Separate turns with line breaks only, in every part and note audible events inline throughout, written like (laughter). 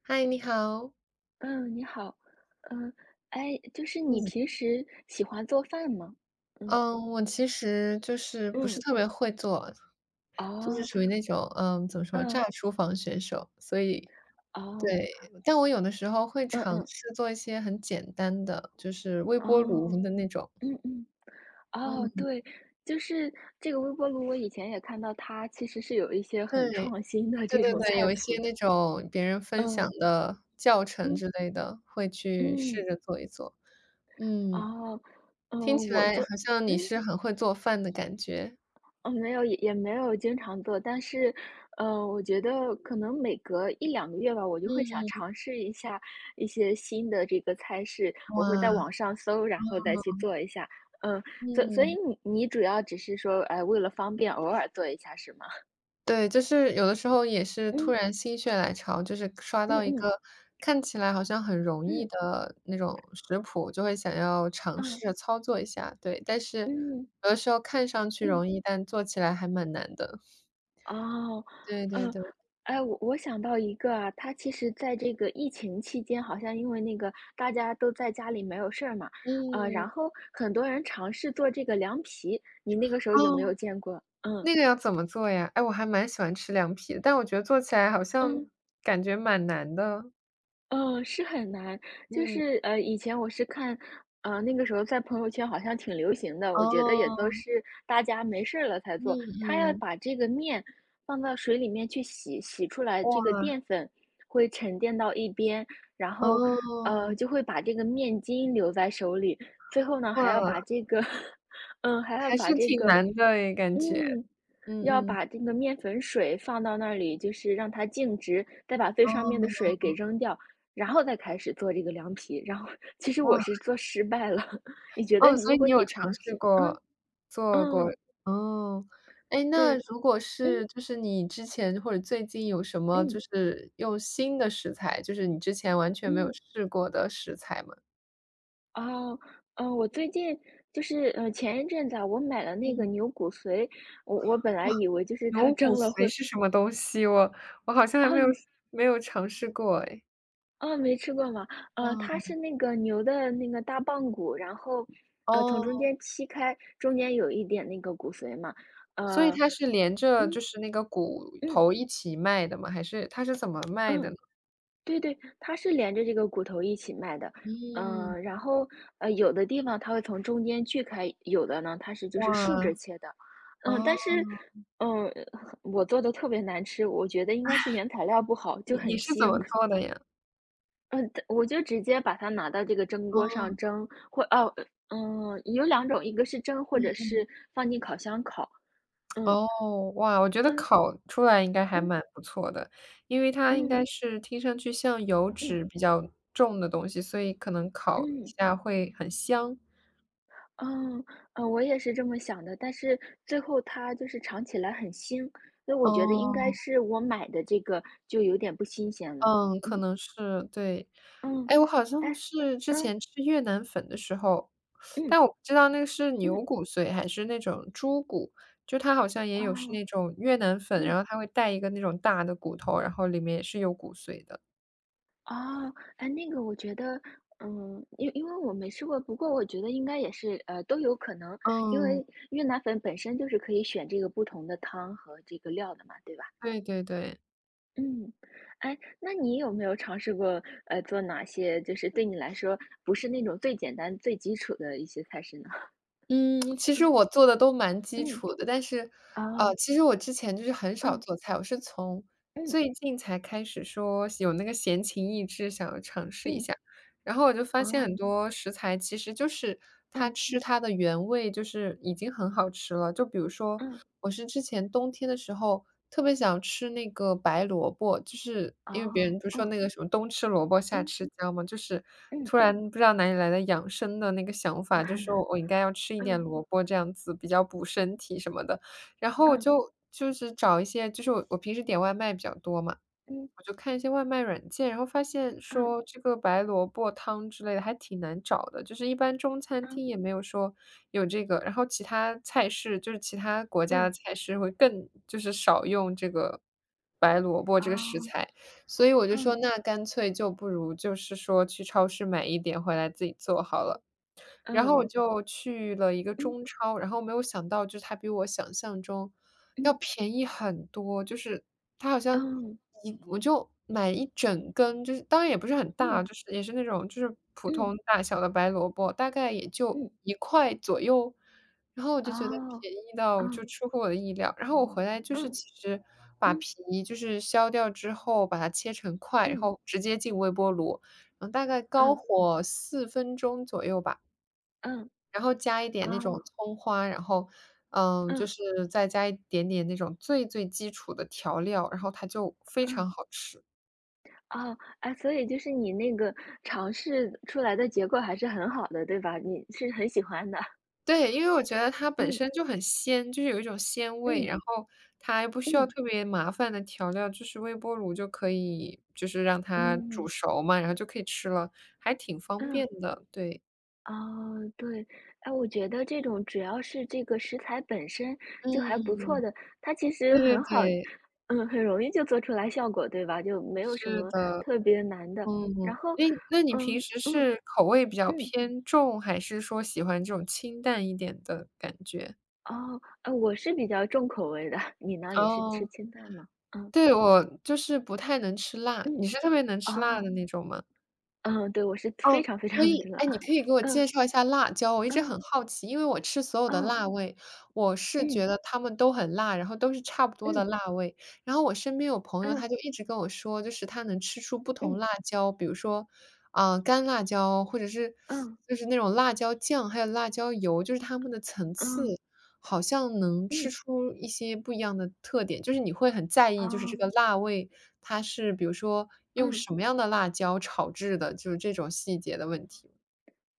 嗨，你好。
嗯，你好。嗯，哎，就是你
嗯。
平时喜欢做饭吗？嗯，
嗯，我其实就是不是
嗯。
特别会做，就是
哦，
属于那种，怎么说，
嗯，
炸厨房选手。所以
哦，
对，但我有的时候会
嗯
尝
嗯，
试做一些很简单的，就是微波炉
哦，
的那种。
嗯嗯，哦，
嗯。
对，就是这个微波炉，我以前也看到它其实是有一些很
对，
创新的
对
这
对
种
对，
菜
有一
谱
些
的。
那种别人分
嗯，
享的教程
嗯
之类的，会去试
嗯，
着做一做。嗯，
哦，
听
嗯，
起
我
来好
做。
像你
嗯？
是很会做饭的感觉。
嗯，没有，也没有经常做，但是。嗯，我觉得可能每隔一两个月吧，我就会想
嗯，
尝试一下一些新的这个菜式。我会在
哇，
网上搜，然后再去做一下。嗯，所以
嗯。
你主要只是说，哎，为了方便偶尔做一下是吗？
对，就是有的时候也是突
嗯，
然心血来潮，就是刷
嗯
到一
嗯，
个看起来好像很容易
嗯，
的那种食谱，就会想要尝
啊，
试着操作一下，对。但是
嗯，
有的时候看上去
嗯。
容易，但做起来还蛮难的。
哦，
对对
嗯，
对，
哎，我想到一个啊。它其实在这个疫情期间，好像因为那个大家都在家里没有事儿嘛。
嗯，
然后很多人尝试做这个凉皮，你那个时候有没有
哦，
见过？嗯
那个要怎么做呀？哎，我还蛮喜欢吃凉皮的，但我觉得做起来好像
嗯。
感觉蛮难的。
是很难。就
嗯，
是以前我是看，那个时候在朋友圈好像挺流行的，我觉得也都
哦，
是大家没事儿了才
嗯
做。他要
嗯，
把这个面放到水里面去洗，洗出来这个
哇，
淀粉会沉淀到一边，然后
哦，
就会把这个面筋留在手里。最后呢还要把
哇，
这个，(laughs) 还要
还
把
是
这
挺
个
难的诶，感觉。
嗯，
嗯
要
嗯，
把这个面粉水放到那里，就是让它静置，再把最
哦，
上面的水给扔掉。然后再开始做这个凉皮。然后其实我
哇，
是做失败了。(laughs) 你觉得
哦，
你
所
如
以
果
你有
你
尝
尝
试
试
过做过，
嗯，
哦。哎，那
对。
如果是
嗯，
就是你之前或者最近有什么就
嗯，
是用新的食材，就是你之前完全没有
嗯，
试过的食材吗？
哦，嗯，我最近就是前一阵子啊，我买了那个
嗯。
牛骨髓。我本来
哇，
以为就是它
牛骨
蒸了
髓
会。
是什么东西？我好像还没有
哦，
没有尝试过哎
哦，没吃过吗？
哇，
它是那个牛的那个大棒骨。然后，从中
哦，
间切开，中间有一点那个骨髓嘛。
所以
呃，
它是连着
嗯
就是那个骨
嗯
头一起卖的吗？还是它是怎么卖的
嗯，
呢？
对对，它是连着这个骨头一起卖的。
嗯，
嗯，然后有的地方它会从中间锯开，有的呢它是就是竖着
哇，
切的。嗯、但
哦。
是嗯、呃我做的特别难吃，我觉得应该是原材料不好，就
你
很
是怎
腥。
么做的呀？
嗯，我就直接把它拿到这个蒸锅上
哦，
蒸，或。哦，嗯，有两种，一个是蒸，或
嗯，
者是放进烤箱烤。嗯，
哦，哇，我觉得
嗯，
烤出来应该还
嗯，
蛮不错的，因为它应
嗯，
该是听上去像油
嗯，
脂比较重的东西，所以可能烤一
嗯，
下会很香。
嗯，我也是这么想的，但是最后它就是尝起来很腥。所以我觉得应该
哦，
是我买的这个就有点不新鲜了。
嗯，可
嗯，
能是，对。
嗯，
哎，我好
哎，
像是之
嗯，
前吃越南粉的时候，
嗯，
但我不知道那个是
嗯，
牛骨髓还是那种猪骨，就它好像也有是
哦，
那种越南粉，然
嗯。
后它会带一个那种大的骨头，然后里面也是有骨髓的。
哦，哎，那个我觉得，嗯，因为我没吃过，不过我觉得应该也是，都有可能。因
嗯。
为越南粉本身就是可以选这个不同的汤和这个料的嘛，对吧？
对对对，
嗯，哎，那你有没有尝试过，做哪些就是对你来说不是那种最简单、最基础的一些菜式呢？
嗯，其实
嗯
我做的都蛮基
嗯，
础的，但是，
哦，
其实我之前就是很少
嗯
做菜，我是从
嗯
最近才开始说有那个闲情逸致，想要尝试一
嗯，
下。然后我就发现
哦，
很多食材其实就是它
嗯
吃它的原味，就是已经很好吃了。就比如说
嗯，
我是之前冬天的时候特别想吃那个白萝卜，就是因为别
哦，
人不是说
嗯
那个什么“冬吃萝卜夏吃姜”嘛，就是
嗯
突然不知道哪里来的养生的那个想法，就
嗯，
说我应该要吃一点
嗯
萝卜，这样子比较补身体什么的。然后我
嗯
就就是找一些，就是我平时点外卖比较多嘛，
嗯嗯
我就看一些外卖软件，然后发现
嗯
说这个白萝卜汤之类的还挺难找的，就是一般中餐
嗯。
厅也没有说有这个，然后其他菜式，就是其他国家的
嗯
菜式会更就是少用这个白萝卜这个食
啊，
材，所以我就
嗯，
说那干脆就不如就是说去超市买一点回来自己做好了。然后我
嗯，
就去了一个
嗯，
中超，然后没有想到就是它比我想象中要
嗯，
便宜很多，就是它好像
嗯，
我就买一整根，就是当然也不是很大，
嗯，
就是也是那种就是普
嗯，
通大小的白萝卜，大概也就
嗯，
1块左右。然后我就觉得
哦，
便宜到就
嗯，
出乎我的意料，然后我回来就是
嗯，
其实把
嗯，
皮就是削掉之后，把它切成块，然
嗯，
后直接进微波炉，然后大概高
嗯，
火4分钟左右吧，
嗯，
然后加一点那种
哦，
葱花，然后，就
嗯，
是再加一点点那种最最基础的调料，然后它就非
嗯，
常好吃。
哦，哎，所以就是你那个尝试出来的结果还是很好的，对吧？你是很喜欢的。
对，因为我觉得它本
嗯，
身就很鲜，就是有一种鲜味，
嗯，
然后它又不需要
嗯，
特别麻烦的调料，就是微波炉就可以，就是让它煮
嗯，
熟嘛，然后就可以吃了，还挺方
嗯。
便的，对。
哦，对，哎，我觉得这种只要是这个食材本身就还不
嗯，
错的，它其实
对对
很好。
对，
很容易就做出来效果，对吧？就没有什
是
么
的。
特别难的。然
嗯，
后。
诶，那你
嗯
平时
嗯
是口味比较
嗯，
偏重，还是说喜欢这种清淡一点的感觉？
哦，我是比较重口味的，你呢？你是吃
哦，
清淡吗？嗯
对，我就是不太能吃辣，
嗯，
你是特别能吃辣
哦，
的那种吗？
嗯，对，我是非
哦
常非
所
常的
以，
辣。
哎，你可以给我
嗯
介绍一下辣椒，我一直
嗯
很好奇，因为我吃所有的
哦，
辣味，我是
嗯
觉得它们都很辣，然后都是差不多的
嗯
辣味。然后我身边有朋友，
嗯
他就一直跟我说，就是他能吃出不
嗯
同辣椒，比如说，啊，干辣椒，或者是
嗯
就是那种辣椒酱，还有辣椒油，就是它们的层次。
嗯
好像能吃
嗯，
出一些不一样的特点，就是你会很在意，就是
哦，
这个辣味，它是比如说用
嗯。
什么样的辣椒炒制的，就是这种细节的问题。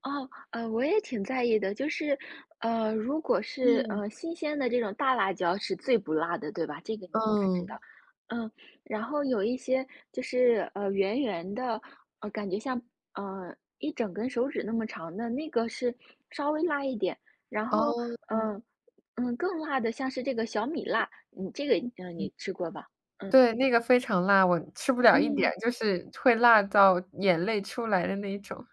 哦，我也挺在意的，就是，如果是，
嗯。
新鲜的这种大辣椒是最不辣的，对吧？这个你应该知道。
嗯，
嗯，然后有一些就是，圆圆的，感觉像，呃，一整根手指那么长的，那个是稍微辣一点。然后，
哦，
嗯、呃更辣的像是这个小米辣。你这个，你吃过吧？嗯
对，那个非常辣，我吃不了一点，
嗯。
就是会辣到眼泪出来的那一种。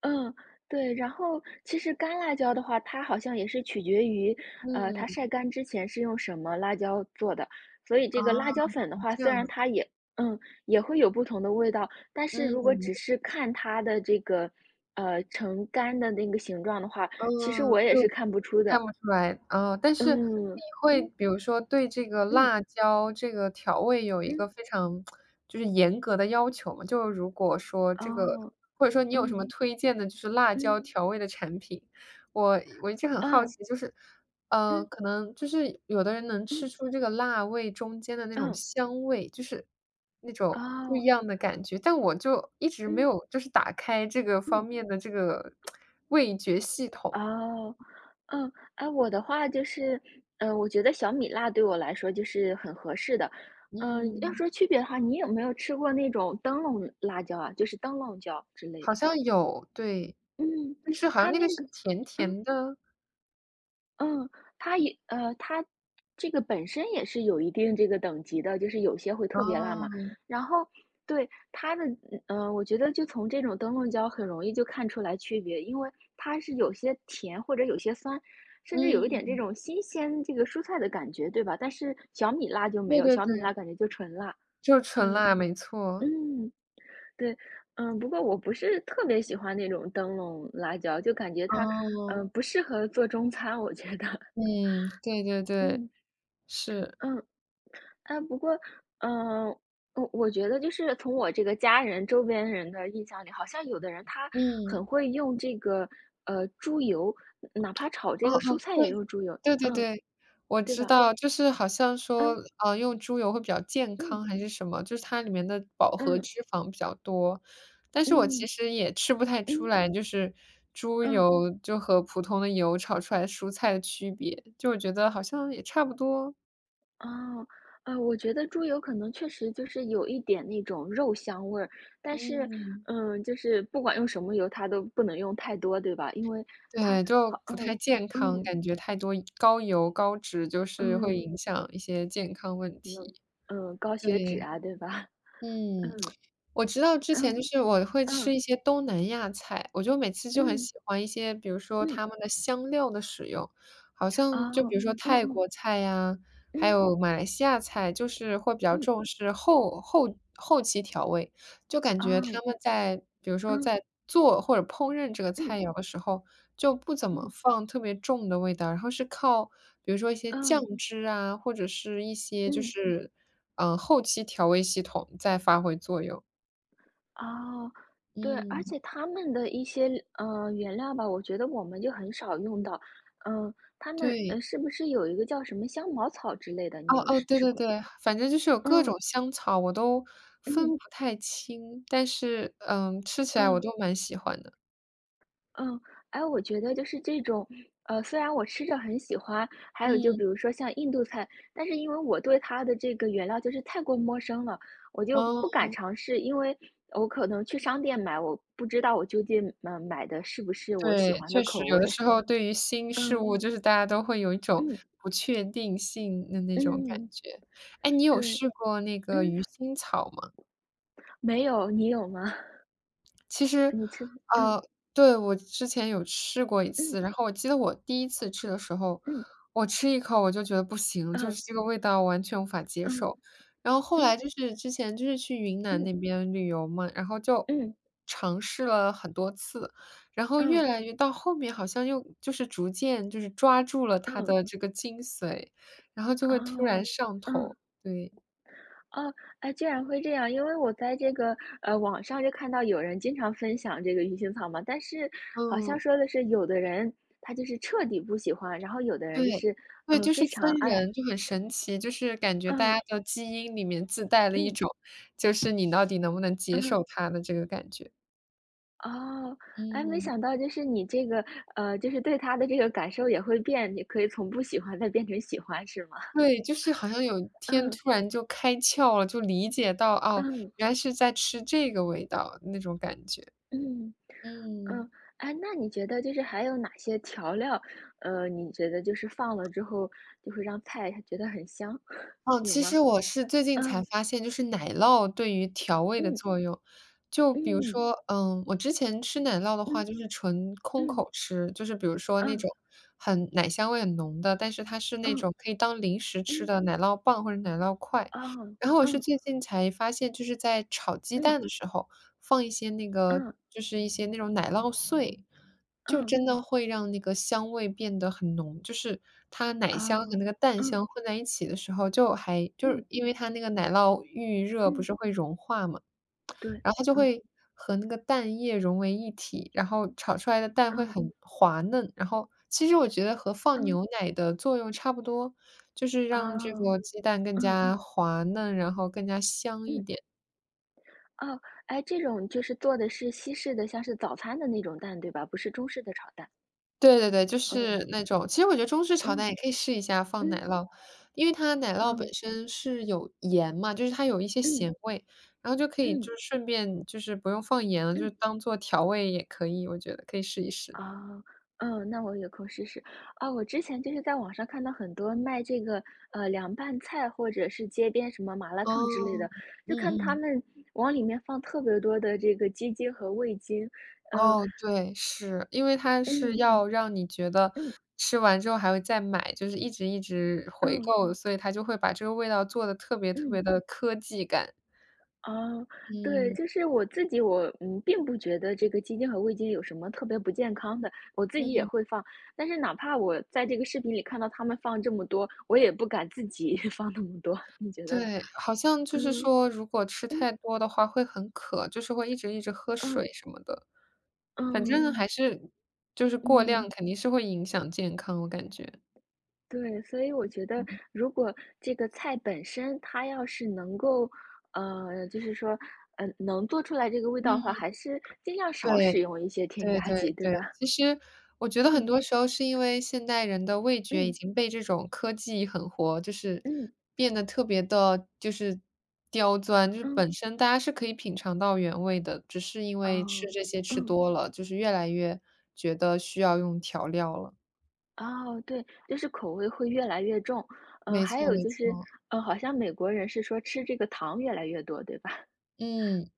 嗯，对，然后其实干辣椒的话，它好像也是取决于，它
嗯，
晒干之前是用什么辣椒做的。所以
啊，
这个辣椒粉的话，
这
虽
样
然
的，
它嗯，也会有不同的味道，但是如果
嗯，
只是看它的这个，成干的那个形状的话，其实
嗯，
我也是
就
看不出
看
的。
不出来，啊，但是你
嗯，
会
嗯，
比如说对这个
嗯，
辣椒这个调味有一
嗯，
个非常就是严格的要求吗？就如果说这个
哦，
或者说你有什么
嗯，
推荐的就是辣椒
嗯，
调味的产品？我一直很好
嗯，
奇，就是，
嗯，
可能就是有的人能吃
嗯，
出这个辣味中间的那种
嗯，
香味，就是那种不
哦，
一样的感觉，但我就一直没
嗯，
有就是打开这个方
嗯。
面的这个 (tsk) 味觉系统，
哦，嗯，哎，我的话就是，我觉得小米辣对我来说就是很合适的。嗯。要
嗯。
说区别的话，你有没有吃过那种灯笼辣椒啊？就是灯笼椒之类
好
的。
像有，对。
嗯，
但是好
它
像那个
那
是
个。
甜
嗯。
甜的，
嗯，它也它这个本身也是有一定这个等级的，就是有些会特别辣嘛。
哦，
然后对。它的嗯，呃我觉得就从这种灯笼椒很容易就看出来区别，因为它是有些甜或者有些酸，甚至有一点这
嗯，
种新鲜这个蔬菜的感觉，对吧？但是小米辣就没
对
有，
对
小米辣
对，
感觉就纯辣。
就是纯
嗯
辣，没错。
嗯，对。嗯，不过我不是特别喜欢那种灯笼辣椒，就感觉它
哦，
不适合做中餐，我觉得，
嗯，对对
(laughs)
对，
嗯。
是，
嗯，哎，不过，嗯，我觉得就是从我这个家人、周边人的印象里，好像有的人他
嗯，
很会用这个猪油。哪怕炒这
哦
个蔬
哦，
菜也
对。
用猪油，
对对
嗯，
对，我
对
知
吧？
道，就是好像说，
嗯
用猪油会比较健
嗯
康还是什么，就是它里面的饱和
嗯
脂肪比较多。但是我其
嗯
实也吃不太出
嗯
来，就是猪
嗯，
油就和普通的油炒出来蔬菜的区别，就我觉得好像也差不多。
哦，我觉得猪油可能确实就是有一点那种肉香味儿。但是，
嗯，
嗯，就是不管用什么油，它都不能用太多，对吧？因为它
对，就
好。
不太
嗯
健康，
嗯
感觉太多高油高脂就是会
嗯。
影响一些健康问
嗯
题，
嗯，高血脂
对。
啊，对吧？(laughs)
嗯，
嗯
我知道之前就
嗯
是我会吃
嗯
一些东南亚菜，我就每次就很
嗯
喜欢一些，比如说
嗯，
他们的香料的使用，好像就
哦，
比如说
嗯
泰
嗯
国菜呀，还
嗯
有马来西亚菜，就是会比较
嗯，
重视后期调味。就感觉他
哦，
们在比如说
嗯
在做或者烹饪这个
嗯
菜肴的时候，就不怎么
嗯
放特别重的味道，然后是靠比如说一些酱
嗯
汁啊，或者是一些就
嗯，
是，后期调味系统在发挥作用。
哦，对，而
嗯，
且他们的一些原料吧，我觉得我们就很少用到。嗯，他们
对，
是不是有一个叫什么香茅草之类的？你
哦
有
哦，
吃
对
吃
对
过？
对，反正就是有各种
嗯
香草，我都分
嗯
不太清，但是，嗯，吃起来我
嗯
都蛮喜欢的。
嗯，哎，我觉得就是这种，虽然我吃着很喜欢，还有就比
嗯，
如说像印度菜，但是因为我对它的这个原料就是太过陌生了，我就不
哦。
敢尝试。因为我可能去商店买，我不知道我究竟买的是不是我喜
对，
欢的
确实
口
有
味。
的时候对于新事
嗯
物，就是大家都会有一种
嗯
不确定性的那种感
嗯，
觉。哎，你有
对。
试过那个
嗯，
鱼腥草吗？
没有，你有吗？(laughs)
其实，
你吃，嗯
呃，对，我之前有试过一
嗯
次，然后我记得我第一次吃的时候，
嗯
我吃一口我就觉得不行，就
嗯
是这个味道完全无法接
嗯
受。然后后
嗯
来就是之前就是去云南
嗯
那边旅游嘛，然后就
嗯
尝试了很多次，然后越
嗯
来越到后面好像又就是逐渐就是抓住了它
嗯
的这个精髓，然后就
啊，
会突然上
嗯。
头，对。
哦，哎，居然会这样。因为我在这个，网上就看到有人经常分享这个鱼腥草嘛。但是好像
嗯。
说的是有的人他就是彻底不喜欢，然后有的人就
对，
是，
对，就是
非常
分
爱。
人，就很神奇，就是感觉
嗯，
大家的基因里面自带了一
嗯，
种，就是你到底能不能接
嗯，
受它的这个感觉。
哦，哎，没
嗯。
想到就是你这个，就是对它的这个感受也会变。你可以从不喜欢再变成喜欢是吗？(laughs)
对，就是好像有一天
嗯，
突然就开窍了，就理解到，哦，
嗯。
原来是在吃这个味道，那种感觉。
嗯，
嗯。
嗯，哎，那你觉得就是还有哪些调料，你觉得就是放了之后就会让菜觉得很香，(laughs)
哦，
有
其
吗？
实我是最近才
嗯，
发现，就是奶酪对于调味的
嗯，
作用。就比如
嗯，
说，嗯，我之前吃奶酪的话，就是纯空
嗯，
口吃，就是比如说那
嗯，
种很奶香味很浓的，但是它是那
嗯，嗯，
种可以当零食吃
嗯，
的奶酪棒或者奶酪块。
哦，
然后我是
嗯，
最近才发现，就是在炒鸡
嗯，
蛋的时候放一些那个，
嗯，
就是一些那种奶酪碎，就
嗯，
真的会让那个香味变得很浓，就是它奶香和
哦，
那个蛋
嗯，
香混在一起的时候，就还就
嗯，
是因为它那个奶酪预热不
嗯，
是会融化嘛，
对，
然后它就
嗯，
会和那个蛋液融为一体，然后炒出来的蛋会
嗯，
很滑嫩。然后其实我觉得和放
嗯，
牛奶的作用差不多，就是让这
哦，
个鸡蛋更
嗯，
加滑嫩，然后更加香一
嗯，
点。
哦，哎，这种就是做的是西式的，像是早餐的那种蛋，对吧？不是中式的炒蛋。
对对对，就是
嗯，
那种其实我觉得中式炒
嗯，
蛋也可以试一下放
嗯。
奶酪，因为它奶酪
嗯，
本身是有盐嘛，就是它有一些
嗯，
咸味，然后就可以就
嗯，
是顺便就是不用放盐了，就
嗯，
当做调味也可以，我觉得可以试一试。
啊嗯，那我有空试试。啊，我之前就是在网上看到很多卖这个，凉拌菜或者是街边什么麻辣烫之类
哦，
的，
嗯
就看他
嗯，
们往里面放特别多的这个鸡精和味精。呃，
哦，对，是，因为它是
嗯，
要让你觉得
嗯，
吃完之后还会再买，就是一直一直回
嗯，嗯。
购，所以它就会把这个味道做的特别特
嗯
别的科技感。
哦，对，
嗯，
就是我自己，我并不觉得这个鸡精和味精有什么特别不健康的，我自己也
嗯。
会放。但是哪怕我在这个视频里看到他们放这么多，我也不敢自己 (laughs) 放那么多。你觉得呢？
对，好像就是
嗯
说，如果吃
嗯
太多的话会很渴，就是会一直一直喝
嗯
水什么的。反正
嗯
还是就是过量
嗯，
肯定是会影响健康，我感觉。
对。所以我觉得，如果这个菜本身它要是能够，就是说，能做出来这个味道的
嗯，
话，还是尽量少使
对，
用一些添
对
加剂，
对
对吧？
对，其实我觉得很
嗯
多时候是因为现代人的味觉已
嗯
经被这种科技狠活，就是
嗯
变得特别的，就是刁钻，就是
嗯。
本身大家是可以品尝到原味的，只是因为吃
哦，
这些吃
嗯，
多了，就是越来越觉得需要用调料了。
哦，对，就是口味会越来越重。
没
还
错
有
没
就是，
错，
好像美国人是说吃这个糖越来越多，对吧？
嗯，